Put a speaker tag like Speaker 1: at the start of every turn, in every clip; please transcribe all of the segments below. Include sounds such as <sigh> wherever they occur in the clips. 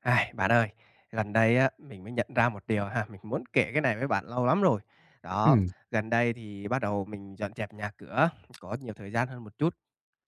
Speaker 1: Ai, bạn ơi, gần đây á, mình mới nhận ra một điều ha, mình muốn kể cái này với bạn lâu lắm rồi. Đó,
Speaker 2: Ừm.
Speaker 1: gần đây thì bắt đầu mình dọn dẹp nhà cửa, có nhiều thời gian hơn một chút.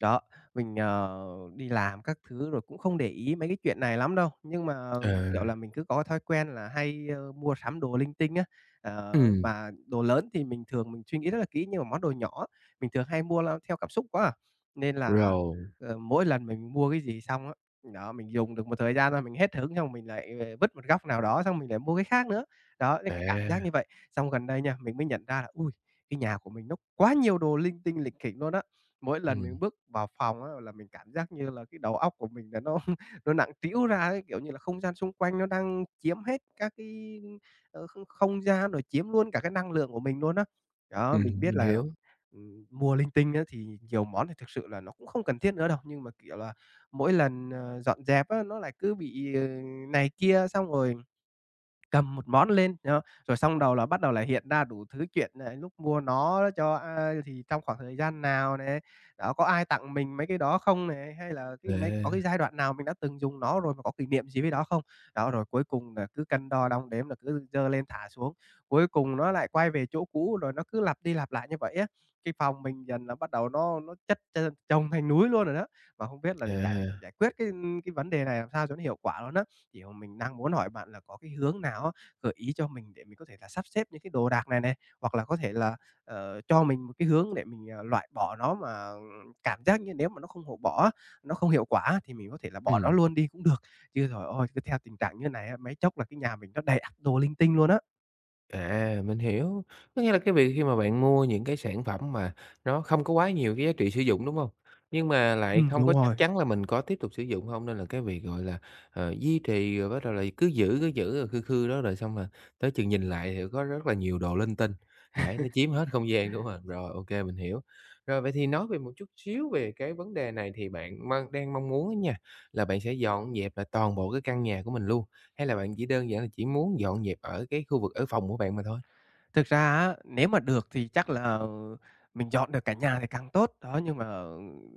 Speaker 1: Đó, mình, đi làm các thứ rồi cũng không để ý mấy cái chuyện này lắm đâu, nhưng mà, kiểu
Speaker 2: À.
Speaker 1: là, mình cứ có thói quen là hay, mua sắm đồ linh tinh á. Ờ,
Speaker 2: Ừm.
Speaker 1: mà đồ lớn thì mình thường mình suy nghĩ rất là kỹ, nhưng mà món đồ nhỏ mình thường hay mua la theo cảm xúc quá à, nên là,
Speaker 2: Rồi.
Speaker 1: mỗi lần mình mua cái gì xong á. Đó, mình dùng được một thời gian rồi mình hết hứng xong mình lại, vứt một góc nào đó, xong mình lại mua cái khác nữa. Đó, nên cái cảm giác
Speaker 2: À.
Speaker 1: như vậy. Xong gần đây nha, mình mới nhận ra là, ui cái nhà của mình nó quá nhiều đồ linh tinh, lịch kỉnh luôn á. Mỗi lần mình
Speaker 2: Ừm.
Speaker 1: bước vào phòng á là mình cảm giác như là cái đầu óc của mình là nó <laughs> nó nặng trĩu ra ấy, kiểu như là, không gian xung quanh nó đang chiếm hết các cái, không không gian, rồi chiếm luôn cả cái năng lượng của mình luôn á. Đó, mình
Speaker 2: Ừm,
Speaker 1: biết
Speaker 2: mình
Speaker 1: là,
Speaker 2: hiểu.
Speaker 1: mua linh tinh á thì nhiều món thì thực sự là nó cũng không cần thiết nữa đâu, nhưng mà, kiểu là mỗi lần, dọn dẹp á, nó lại cứ bị, này kia, xong rồi cầm một món lên, nhá, rồi xong đầu là bắt đầu là hiện ra đủ thứ chuyện nà lúc mua nó cho a thì trong khoảng thời gian nào này, đó, có ai tặng mình mấy cái đó không này, hay là cái
Speaker 2: À.
Speaker 1: mấy có cái giai đoạn nào mình đã từng dùng nó rồi mà có kỷ niệm gì với đó không? Đó, rồi cuối cùng là cứ cân đo đong đếm là cứ dơ lên thả xuống, cuối cùng nó lại quay về chỗ cũ, rồi nó cứ lặp đi lặp lại như vậy á. Cái phòng mình dần là bắt đầu nó chất trơn chồng thành núi luôn rồi đó. Mà không biết là để giải
Speaker 2: À.
Speaker 1: giải quyết cái vấn đề này làm sao cho nó hiệu quả luôn á. Thì, mình đang muốn hỏi bạn là có cái hướng nào á, gợi ý cho mình để mình có thể là sắp xếp những cái đồ đạc này này, hoặc là có thể là, cho mình một cái hướng để mình, loại bỏ nó mà cảm giác như nếu mà nó không hộ bỏ á, nó không hiệu quả á, thì mình có thể là bỏ nó
Speaker 2: Ừm.
Speaker 1: luôn đi cũng được. Chứ, rồi ôi cứ theo tình trạng như này á, mấy chốc là cái nhà mình nó đầy ắp đồ linh tinh luôn á.
Speaker 2: À, mình hiểu. Có nghĩa là cái việc khi mà bạn mua những cái sản phẩm mà nó không có quá nhiều cái giá trị sử dụng, đúng không? Nhưng mà lại không có
Speaker 1: Đúng
Speaker 2: chắc
Speaker 1: rồi.
Speaker 2: chắn là mình có tiếp tục sử dụng không, nên là cái việc, gọi là, duy trì rồi bắt đầu là cứ giữ rồi khư khư đó, rồi xong là tới chừng nhìn lại thì có rất là nhiều đồ linh tinh, đấy, nó chiếm hết không gian, đúng không? Rồi, ok mình hiểu. Rồi, vậy thì nói về một chút xíu về cái vấn đề này thì bạn mong muốn á nha, là bạn sẽ dọn dẹp lại toàn bộ cái căn nhà của mình luôn. Hay là bạn chỉ đơn giản là chỉ muốn dọn dẹp ở cái khu vực ở phòng của bạn mà thôi?
Speaker 1: Thực ra á, nếu mà được thì chắc là mình dọn được cả nhà thì càng tốt, đó, nhưng mà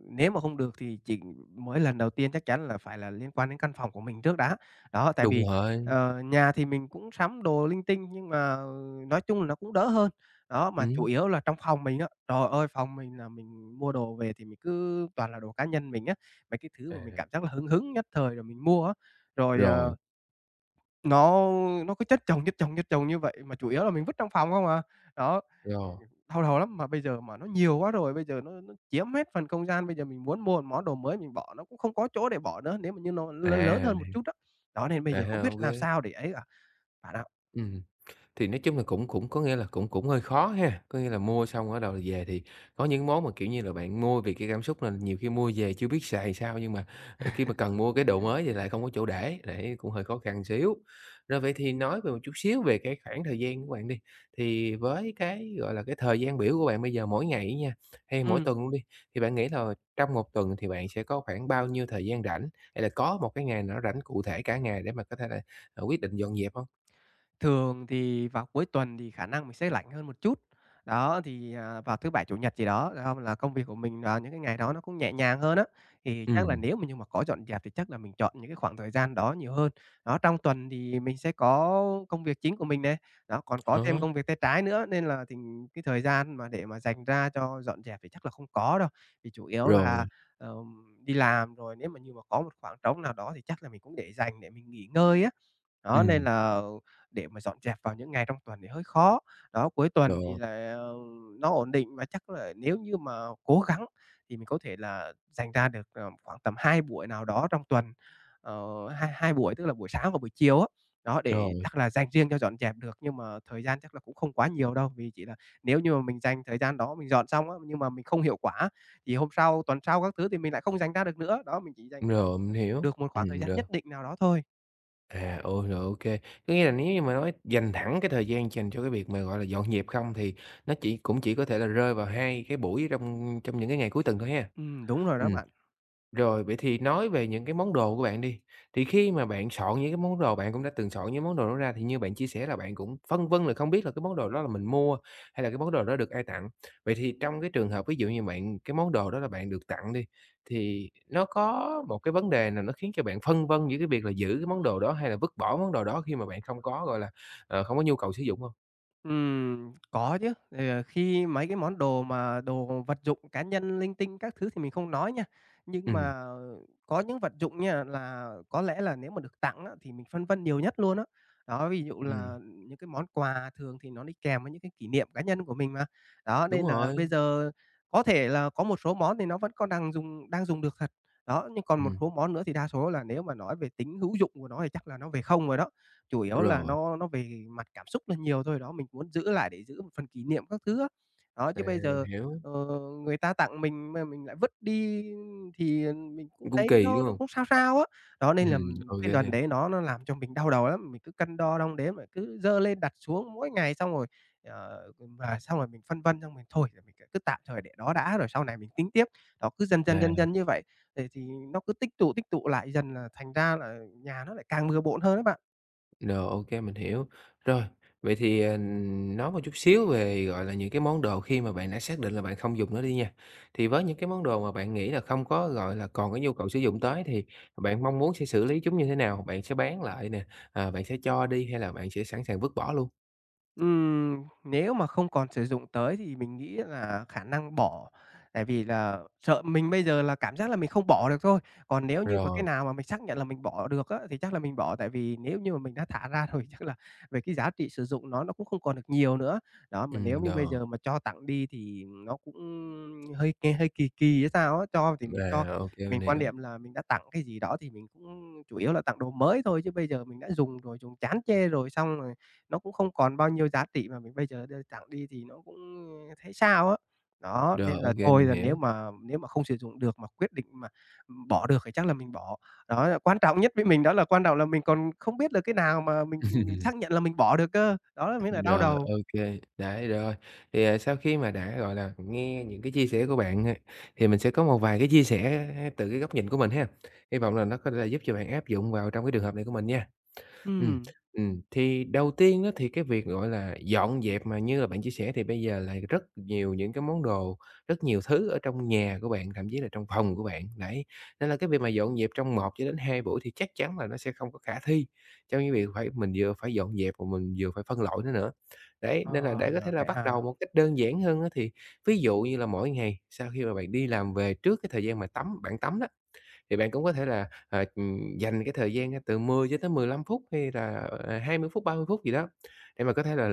Speaker 1: nếu mà không được thì chỉ mới lần đầu tiên chắc chắn là phải là liên quan đến căn phòng của mình trước đã. Đó, tại
Speaker 2: Đúng
Speaker 1: vì,
Speaker 2: rồi.
Speaker 1: nhà thì mình cũng sắm đồ linh tinh nhưng mà nói chung là nó cũng đỡ hơn. Đó, mà chủ
Speaker 2: Ừm.
Speaker 1: yếu là trong phòng mình á, trời ơi, phòng mình là mình mua đồ về thì mình cứ toàn là đồ cá nhân mình á, mấy cái thứ
Speaker 2: À.
Speaker 1: mà mình cảm giác là hứng hứng nhất thời rồi mình mua á. Rồi,
Speaker 2: Rồi.
Speaker 1: nó nó cứ chất chồng, chất chồng, chất chồng như vậy mà chủ yếu là mình vứt trong phòng không à. Đó,
Speaker 2: Rồi.
Speaker 1: đau đầu lắm, mà bây giờ mà nó nhiều quá rồi, bây giờ nó chiếm hết phần không gian, bây giờ mình muốn mua một món đồ mới mình bỏ nó cũng không có chỗ để bỏ nữa, nếu mà như nó lớn lớn
Speaker 2: À.
Speaker 1: hơn một chút á. Đó, đó nên bây
Speaker 2: À,
Speaker 1: giờ không
Speaker 2: ô
Speaker 1: biết làm
Speaker 2: kê.
Speaker 1: sao để ấy cả bạn ạ.
Speaker 2: Ừm, thì nói chung là cũng cũng có nghĩa là cũng cũng hơi khó ha, có nghĩa là mua xong ở đầu về thì có những món mà, kiểu như là, bạn mua vì cái cảm xúc là nhiều khi mua về chưa biết xài sao, nhưng mà, khi mà cần mua cái đồ mới thì lại không có chỗ để, cũng hơi khó khăn xíu. Rồi vậy thì nói về một chút xíu về cái khoảng thời gian của bạn đi, thì với cái, gọi là, cái thời gian biểu của bạn bây giờ mỗi ngày á nha, hay mỗi
Speaker 1: Ừm.
Speaker 2: tuần luôn đi, thì bạn nghĩ là trong một tuần thì bạn sẽ có khoảng bao nhiêu thời gian rảnh, hay là có một cái ngày nào nó rảnh cụ thể cả ngày để mà có thể là, quyết định dọn dẹp không?
Speaker 1: Thường thì vào cuối tuần thì khả năng mình sẽ rảnh hơn một chút. Đó, thì, à, vào thứ Bảy, Chủ nhật gì đó, không là công việc của mình vào những cái ngày đó nó cũng nhẹ nhàng hơn á. Thì chắc là
Speaker 2: Ừm.
Speaker 1: nếu mà nhưng mà có dọn dẹp thì chắc là mình chọn những cái khoảng thời gian đó nhiều hơn. Đó, trong tuần thì mình sẽ có công việc chính của mình nè, đó, còn có thêm
Speaker 2: Đó.
Speaker 1: công việc tay trái nữa, nên là thì cái thời gian mà để mà dành ra cho dọn dẹp thì chắc là không có đâu. Vì chủ yếu
Speaker 2: Rồi.
Speaker 1: là, đi làm rồi nếu mà như mà có một khoảng trống nào đó thì chắc là mình cũng để dành để mình nghỉ ngơi á. Đó, nên
Speaker 2: Ừm.
Speaker 1: là ừ, để mà dọn dẹp vào những ngày trong tuần thì hơi khó. Đó, cuối tuần thì
Speaker 2: Rồi.
Speaker 1: là, nó ổn định và chắc là nếu như mà cố gắng thì mình có thể là dành ra được, khoảng tầm 2 buổi nào đó trong tuần, hai hai buổi, tức là buổi sáng và buổi chiều á. Đó, để
Speaker 2: Rồi.
Speaker 1: chắc là dành riêng cho dọn dẹp được, nhưng mà thời gian chắc là cũng không quá nhiều đâu, vì chỉ là nếu như mà mình dành thời gian đó mình dọn xong á, nhưng mà mình không hiệu quả thì hôm sau, tuần sau các thứ thì mình lại không dành ra được nữa. Đó, mình chỉ dành khoảng tầm
Speaker 2: Rồi, mình hiểu.
Speaker 1: được một khoảng
Speaker 2: Ừm.
Speaker 1: thời gian
Speaker 2: Rồi.
Speaker 1: nhất định nào đó thôi.
Speaker 2: À, ôi, rồi, ô kê. Có nghĩa là nếu như mà nói dành thẳng cái thời gian dành cho cái việc mà, gọi là, dọn dẹp không, thì nó chỉ cũng chỉ có thể là rơi vào 2 cái buổi trong trong những cái ngày cuối tuần thôi ha?
Speaker 1: Đúng rồi đó
Speaker 2: Ừm.
Speaker 1: bạn.
Speaker 2: Rồi, vậy thì nói về những cái món đồ của bạn đi, thì khi mà bạn soạn những cái món đồ, bạn cũng đã từng soạn những món đồ đó ra, thì như bạn chia sẻ là bạn cũng phân vân là không biết là cái món đồ đó là mình mua hay là cái món đồ đó được ai tặng. Vậy thì trong cái trường hợp ví dụ như bạn cái món đồ đó là bạn được tặng đi, thì nó có một cái vấn đề nào nó khiến cho bạn phân vân giữa cái việc là giữ cái món đồ đó hay là vứt bỏ món đồ đó khi mà bạn không có, gọi là, không có nhu cầu sử dụng không?
Speaker 1: Có chứ. Thì, khi mấy cái món đồ mà đồ vật dụng cá nhân linh tinh các thứ thì mình không nói nha, nhưng mà,
Speaker 2: Ừm.
Speaker 1: có những vật dụng nha là có lẽ là nếu mà được tặng á, thì mình phân vân nhiều nhất luôn á. Đó, ví dụ
Speaker 2: Ừm,
Speaker 1: là những cái món quà thường thì nó đi kèm với những cái kỷ niệm cá nhân của mình mà. Đó,
Speaker 2: đúng
Speaker 1: nên là bây
Speaker 2: rồi.
Speaker 1: giờ có thể là có một số món thì nó vẫn còn đang dùng được thật, đó, nhưng còn một
Speaker 2: Ừm.
Speaker 1: số món nữa thì đa số là nếu mà nói về tính hữu dụng của nó thì chắc là nó về không rồi đó. Chủ yếu là
Speaker 2: Rồi.
Speaker 1: nó về mặt cảm xúc là nhiều thôi, đó, mình muốn giữ lại để giữ một phần kỷ niệm các thứ á. Đó,
Speaker 2: À,
Speaker 1: chứ bây
Speaker 2: mình
Speaker 1: giờ,
Speaker 2: hiểu.
Speaker 1: ờ, người ta tặng mình mà mình lại vứt đi thì mình cũng
Speaker 2: Cũng
Speaker 1: thấy
Speaker 2: kỳ,
Speaker 1: nó
Speaker 2: đúng
Speaker 1: nó
Speaker 2: không?
Speaker 1: cũng sao sao á. Đó, nên là
Speaker 2: Ừm. Ô.
Speaker 1: cái lần đấy nó làm cho mình đau đầu lắm, mình cứ cân đo đong đếm rồi cứ dơ lên đặt xuống mỗi ngày xong rồi, ờ, và xong rồi mình phân vân xong mình thôi thì mình cứ tạm thời để đó đã rồi sau này mình tính tiếp. Đó, cứ dần dần, dần
Speaker 2: À.
Speaker 1: dần như vậy, thì nó cứ tích tụ lại dần là thành ra là nhà nó lại càng bừa bộn hơn đấy bạn.
Speaker 2: Rồi, ok mình hiểu. Rồi, vậy thì, nói một chút xíu về, gọi là, những cái món đồ khi mà bạn đã xác định là bạn không dùng nó đi nha. Thì với những cái món đồ mà bạn nghĩ là không có, gọi là, còn cái nhu cầu sử dụng tới thì bạn mong muốn sẽ xử lý chúng như thế nào? Bạn sẽ bán lại nè, à, bạn sẽ cho đi, hay là bạn sẽ sẵn sàng vứt bỏ luôn?
Speaker 1: Nếu mà không còn sử dụng tới thì mình nghĩ là khả năng bỏ, tại vì là sợ mình bây giờ là cảm giác là mình không bỏ được thôi. Còn nếu như mà cái
Speaker 2: Rồi.
Speaker 1: nào mà mình xác nhận là mình bỏ được á, thì chắc là mình bỏ, tại vì nếu như mà mình đã thả ra <laughs> rồi chắc là về cái giá trị sử dụng nó cũng không còn được nhiều nữa. Đó, mà nếu
Speaker 2: Ừm.
Speaker 1: như bây
Speaker 2: Rồi.
Speaker 1: giờ mà cho tặng đi thì nó cũng hơi nghe hơi kỳ kỳ hay sao á, cho thì mình cho
Speaker 2: À, ok mình
Speaker 1: mình quan
Speaker 2: hiểu.
Speaker 1: niệm là mình đã tặng cái gì đó thì mình cũng chủ yếu là tặng đồ mới thôi, chứ bây giờ mình đã dùng rồi, dùng chán chê rồi xong rồi nó cũng không còn bao nhiêu giá trị mà mình bây giờ đưa tặng đi thì nó cũng thấy sao á. Đó,
Speaker 2: Rồi,
Speaker 1: nên là
Speaker 2: ok
Speaker 1: thôi
Speaker 2: mình
Speaker 1: là
Speaker 2: hiểu.
Speaker 1: nếu mà không sử dụng được mà quyết định mà, bỏ được thì chắc là mình bỏ. Đó là quan trọng nhất với mình đó là quan trọng là mình còn không biết là cái nào mà mình xác
Speaker 2: <laughs>
Speaker 1: nhận là mình bỏ được cơ, đó là mới là đau
Speaker 2: Rồi,
Speaker 1: đầu.
Speaker 2: ok kê, đấy, rồi. Thì, à, sau khi mà đã, gọi là, nghe những cái chia sẻ của bạn ha, thì mình sẽ có một vài cái chia sẻ ha, từ cái góc nhìn của mình ha. Hy vọng là nó có thể là giúp cho bạn áp dụng vào trong cái trường hợp này của mình nha. Ừm.
Speaker 1: Ừm.
Speaker 2: Ừm, thì đầu tiên á thì cái việc, gọi là, dọn dẹp mà như là bạn chia sẻ thì bây giờ là rất nhiều những cái món đồ, rất nhiều thứ ở trong nhà của bạn, thậm chí là trong phòng của bạn, đấy. Nên là cái việc mà dọn dẹp trong một cho đến 2 buổi thì chắc chắn là nó sẽ không có khả thi, trong cái việc phải mình vừa phải dọn dẹp mà mình vừa phải phân loại nó nữa. Đấy, nên là
Speaker 1: Ờ,
Speaker 2: để có thể
Speaker 1: rồi
Speaker 2: là
Speaker 1: vậy
Speaker 2: bắt
Speaker 1: ha.
Speaker 2: đầu một cách đơn giản hơn á thì ví dụ như là mỗi ngày sau khi mà bạn đi làm về trước cái thời gian mà bạn tắm đó, thì bạn cũng có thể là, dành cái thời gian, từ 10 cho tới 15 phút hay là, 20 phút, 30 phút gì đó để mà có thể là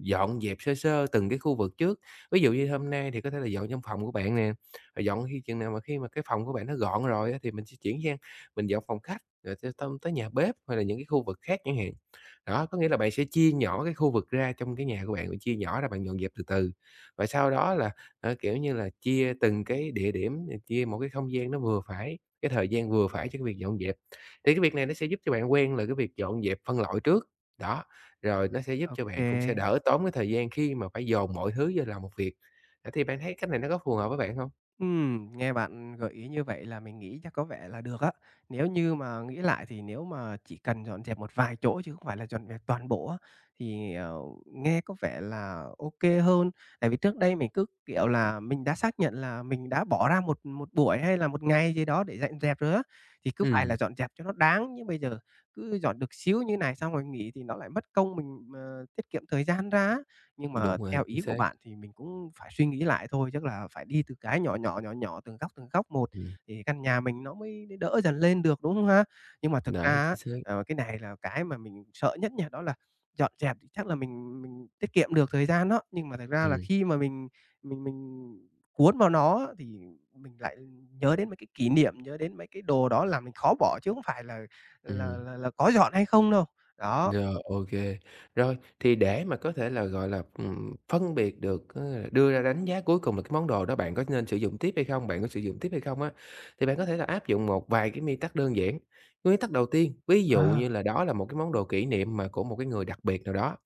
Speaker 2: dọn dẹp sơ sơ từng cái khu vực trước. Ví dụ như hôm nay thì có thể là dọn trong phòng của bạn nè, rồi dọn khi mà cái phòng của bạn nó gọn rồi á thì mình sẽ chuyển sang mình dọn phòng khách, rồi tông tới nhà bếp, hay là những cái khu vực khác chẳng hạn. Đó, có nghĩa là bạn sẽ chia nhỏ cái khu vực ra trong cái nhà của bạn, bạn chia nhỏ ra bạn dọn dẹp từ từ. Và sau đó là, kiểu như là, chia từng cái địa điểm, chia một cái không gian nó vừa phải, cái thời gian vừa phải cho cái việc dọn dẹp. Thì cái việc này nó sẽ giúp cho bạn quen là cái việc dọn dẹp phân loại trước, đó, rồi nó sẽ giúp cho bạn cũng sẽ
Speaker 1: OK.
Speaker 2: đỡ tốn cái thời gian khi mà phải dồn mọi thứ vô làm một việc. Ờ, thì bạn thấy cách này nó có phù hợp với bạn hông?
Speaker 1: Nghe bạn gợi ý như vậy là mình nghĩ chắc có vẻ là được á. Nếu như mà nghĩ lại thì nếu mà chỉ cần dọn dẹp một vài chỗ chứ không phải là dọn dẹp toàn bộ á, thì, nghe có vẻ là OK hơn. Tại vì trước đây mình cứ, kiểu là, mình đã xác nhận là mình đã bỏ ra một một buổi hay là một ngày gì đó để dọn dẹp rồi á, thì cứ phải
Speaker 2: Ừm,
Speaker 1: là dọn dẹp cho nó đáng. Nhưng bây giờ cứ dọn được xíu như này xong rồi nghỉ thì nó lại mất công, mình, tiết kiệm thời gian ra á. Nhưng mà
Speaker 2: đúng rồi,
Speaker 1: theo
Speaker 2: chính
Speaker 1: ý của
Speaker 2: xác.
Speaker 1: bạn thì mình cũng phải suy nghĩ lại thôi, chắc là phải đi từ cái nhỏ nhỏ, nhỏ nhỏ, từng góc một
Speaker 2: Ừm,
Speaker 1: thì căn nhà mình nó mới đỡ dần lên được, đúng không ha? Nhưng mà thực
Speaker 2: đấy,
Speaker 1: ra á,
Speaker 2: chính xác.
Speaker 1: cái này là cái mà mình sợ nhất nha, đó là dọn dẹp thì chắc là mình tiết kiệm được thời gian đó, nhưng mà thực ra là
Speaker 2: Ừm.
Speaker 1: khi mà mình cuốn vào nó á, thì mình lại nhớ đến mấy cái kỷ niệm, nhớ đến mấy cái đồ đó làm mình khó bỏ chứ không phải là là
Speaker 2: Ừm.
Speaker 1: là là có dọn hay không đâu. Đó,
Speaker 2: Rồi, ô. Rồi, thì để mà có thể là, gọi là, phân biệt được, có nghĩa là đưa ra đánh giá cuối cùng là cái món đồ đó bạn có nên sử dụng tiếp hay không, bạn có sử dụng tiếp hay không á, thì bạn có thể là áp dụng một vài cái nguyên tắc đơn giản. Nguyên tắc đầu tiên, ví dụ như
Speaker 1: à,
Speaker 2: là đó là một cái món đồ kỷ niệm mà của một cái người đặc biệt nào đó,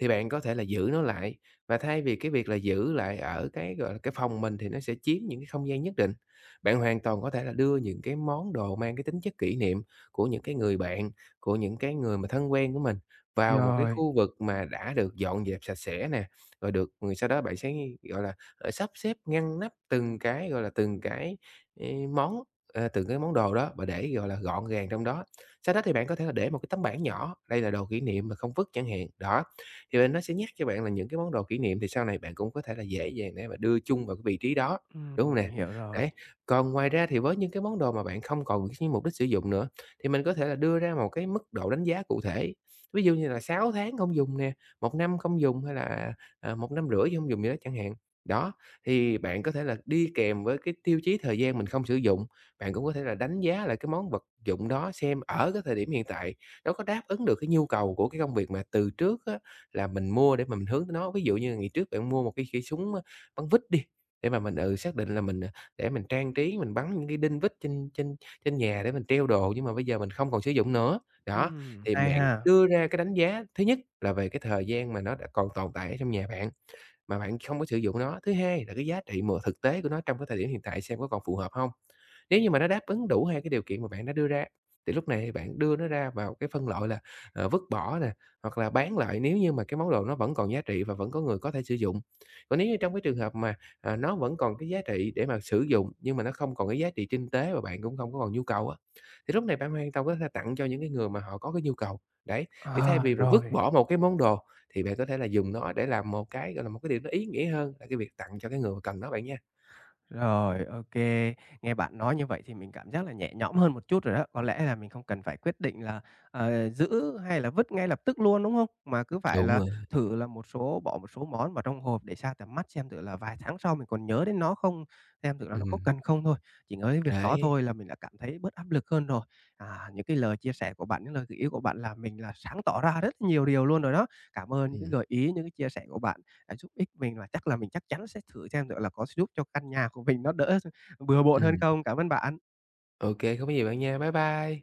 Speaker 2: thì bạn có thể là giữ nó lại, và thay vì cái việc là giữ lại ở cái, gọi là, cái phòng mình thì nó sẽ chiếm những cái không gian nhất định. Bạn hoàn toàn có thể là đưa những cái món đồ mang cái tính chất kỷ niệm của những cái người bạn, của những cái người mà thân quen của mình vào một cái
Speaker 1: rồi,
Speaker 2: khu vực mà đã được dọn dẹp sạch sẽ nè, rồi được rồi sau đó bạn sẽ, gọi là, sắp xếp ngăn nắp từng cái, gọi là, từng cái, ê, món, ờ, từng cái món đồ đó và để, gọi là, gọn gàng trong đó. Sau đó thì bạn có thể là để một cái tấm bảng nhỏ, đây là đồ kỷ niệm mà không vứt chẳng hạn, đó. Thì là nó sẽ nhắc cho bạn là những cái món đồ kỷ niệm thì sau này bạn cũng có thể là dễ dàng để mà đưa chung vào cái vị trí đó, đúng không nè?
Speaker 1: mình hiểu rồi.
Speaker 2: Đấy, còn ngoài ra thì với những cái món đồ mà bạn không còn cái mục đích sử dụng nữa thì mình có thể là đưa ra một cái mức độ đánh giá cụ thể. Ví dụ như là 6 tháng không dùng nè, một năm không dùng hay là, à, 1,5 năm rưỡi không dùng gì đó chẳng hạn. Đó, thì bạn có thể là đi kèm với cái tiêu chí thời gian mình không sử dụng, bạn cũng có thể là đánh giá lại cái món vật dụng đó xem ở cái thời điểm hiện tại nó có đáp ứng được cái nhu cầu của cái công việc mà từ trước á là mình mua để mà mình hướng tới nó. Ví dụ như ngày trước bạn mua một cái cây súng, bắn vít đi, để mà mình, ừ, xác định là mình, à, để mình trang trí, mình bắn những cái đinh vít trên trên trên nhà để mình treo đồ, nhưng mà bây giờ mình không còn sử dụng nữa. Đó, thì
Speaker 1: Hay
Speaker 2: mạng
Speaker 1: ha.
Speaker 2: đưa ra cái đánh giá thứ nhất là về cái thời gian mà nó đã còn tồn tại ở trong nhà bạn, mà bạn không có sử dụng nó. Thứ hai là cái giá trị mà thực tế của nó trong cái thời điểm hiện tại xem có còn phù hợp không. Nếu như mà nó đáp ứng đủ hai cái điều kiện mà bạn đã đưa ra, thì lúc này bạn đưa nó ra vào cái phân loại là, vứt bỏ nè, hoặc là bán lại nếu như mà cái món đồ nó vẫn còn giá trị và vẫn có người có thể sử dụng. Còn nếu như trong cái trường hợp mà, à, nó vẫn còn cái giá trị để mà sử dụng, nhưng mà nó không còn cái giá trị kinh tế và bạn cũng không có còn nhu cầu á, thì lúc này bạn hoàn toàn có thể tặng cho những cái người mà họ có cái nhu cầu. Đấy, thì thay
Speaker 1: Ờ,
Speaker 2: vì bạn vứt
Speaker 1: rồi,
Speaker 2: bỏ một cái món đồ thì bạn có thể là dùng nó để làm một cái, gọi là, một cái điều nó ý nghĩa hơn là cái việc tặng cho cái người mà cần nó bạn nha.
Speaker 1: rồi, OK. Nghe bạn nói như vậy thì mình cảm giác là nhẹ nhõm hơn một chút rồi đó. Có lẽ là mình không cần phải quyết định là, giữ hay là vứt ngay lập tức luôn, đúng không? Mà cứ phải
Speaker 2: Đúng
Speaker 1: là
Speaker 2: rồi.
Speaker 1: thử là một số bỏ một số món vào trong hộp để xa tầm mắt xem thử là vài tháng sau mình còn nhớ đến nó không, xem thử là nó có
Speaker 2: Ừm.
Speaker 1: cần không thôi. Chỉ nhớ đến việc đó
Speaker 2: Đấy.
Speaker 1: thôi là mình đã cảm thấy bớt áp lực hơn rồi. À, những cái lời chia sẻ của bạn, những lời gợi ý của bạn làm mình là sáng tỏ ra rất nhiều điều luôn rồi đó. Cảm ơn những cái
Speaker 2: Ừm.
Speaker 1: gợi ý, những cái chia sẻ của bạn. À, giúp ích mình và chắc là mình chắc chắn sẽ thử xem thử là có giúp cho căn nhà của mình nó đỡ bừa bộn hơn
Speaker 2: Ừm.
Speaker 1: không. Cảm ơn bạn.
Speaker 2: Ô không có gì bạn nha. Bye bye.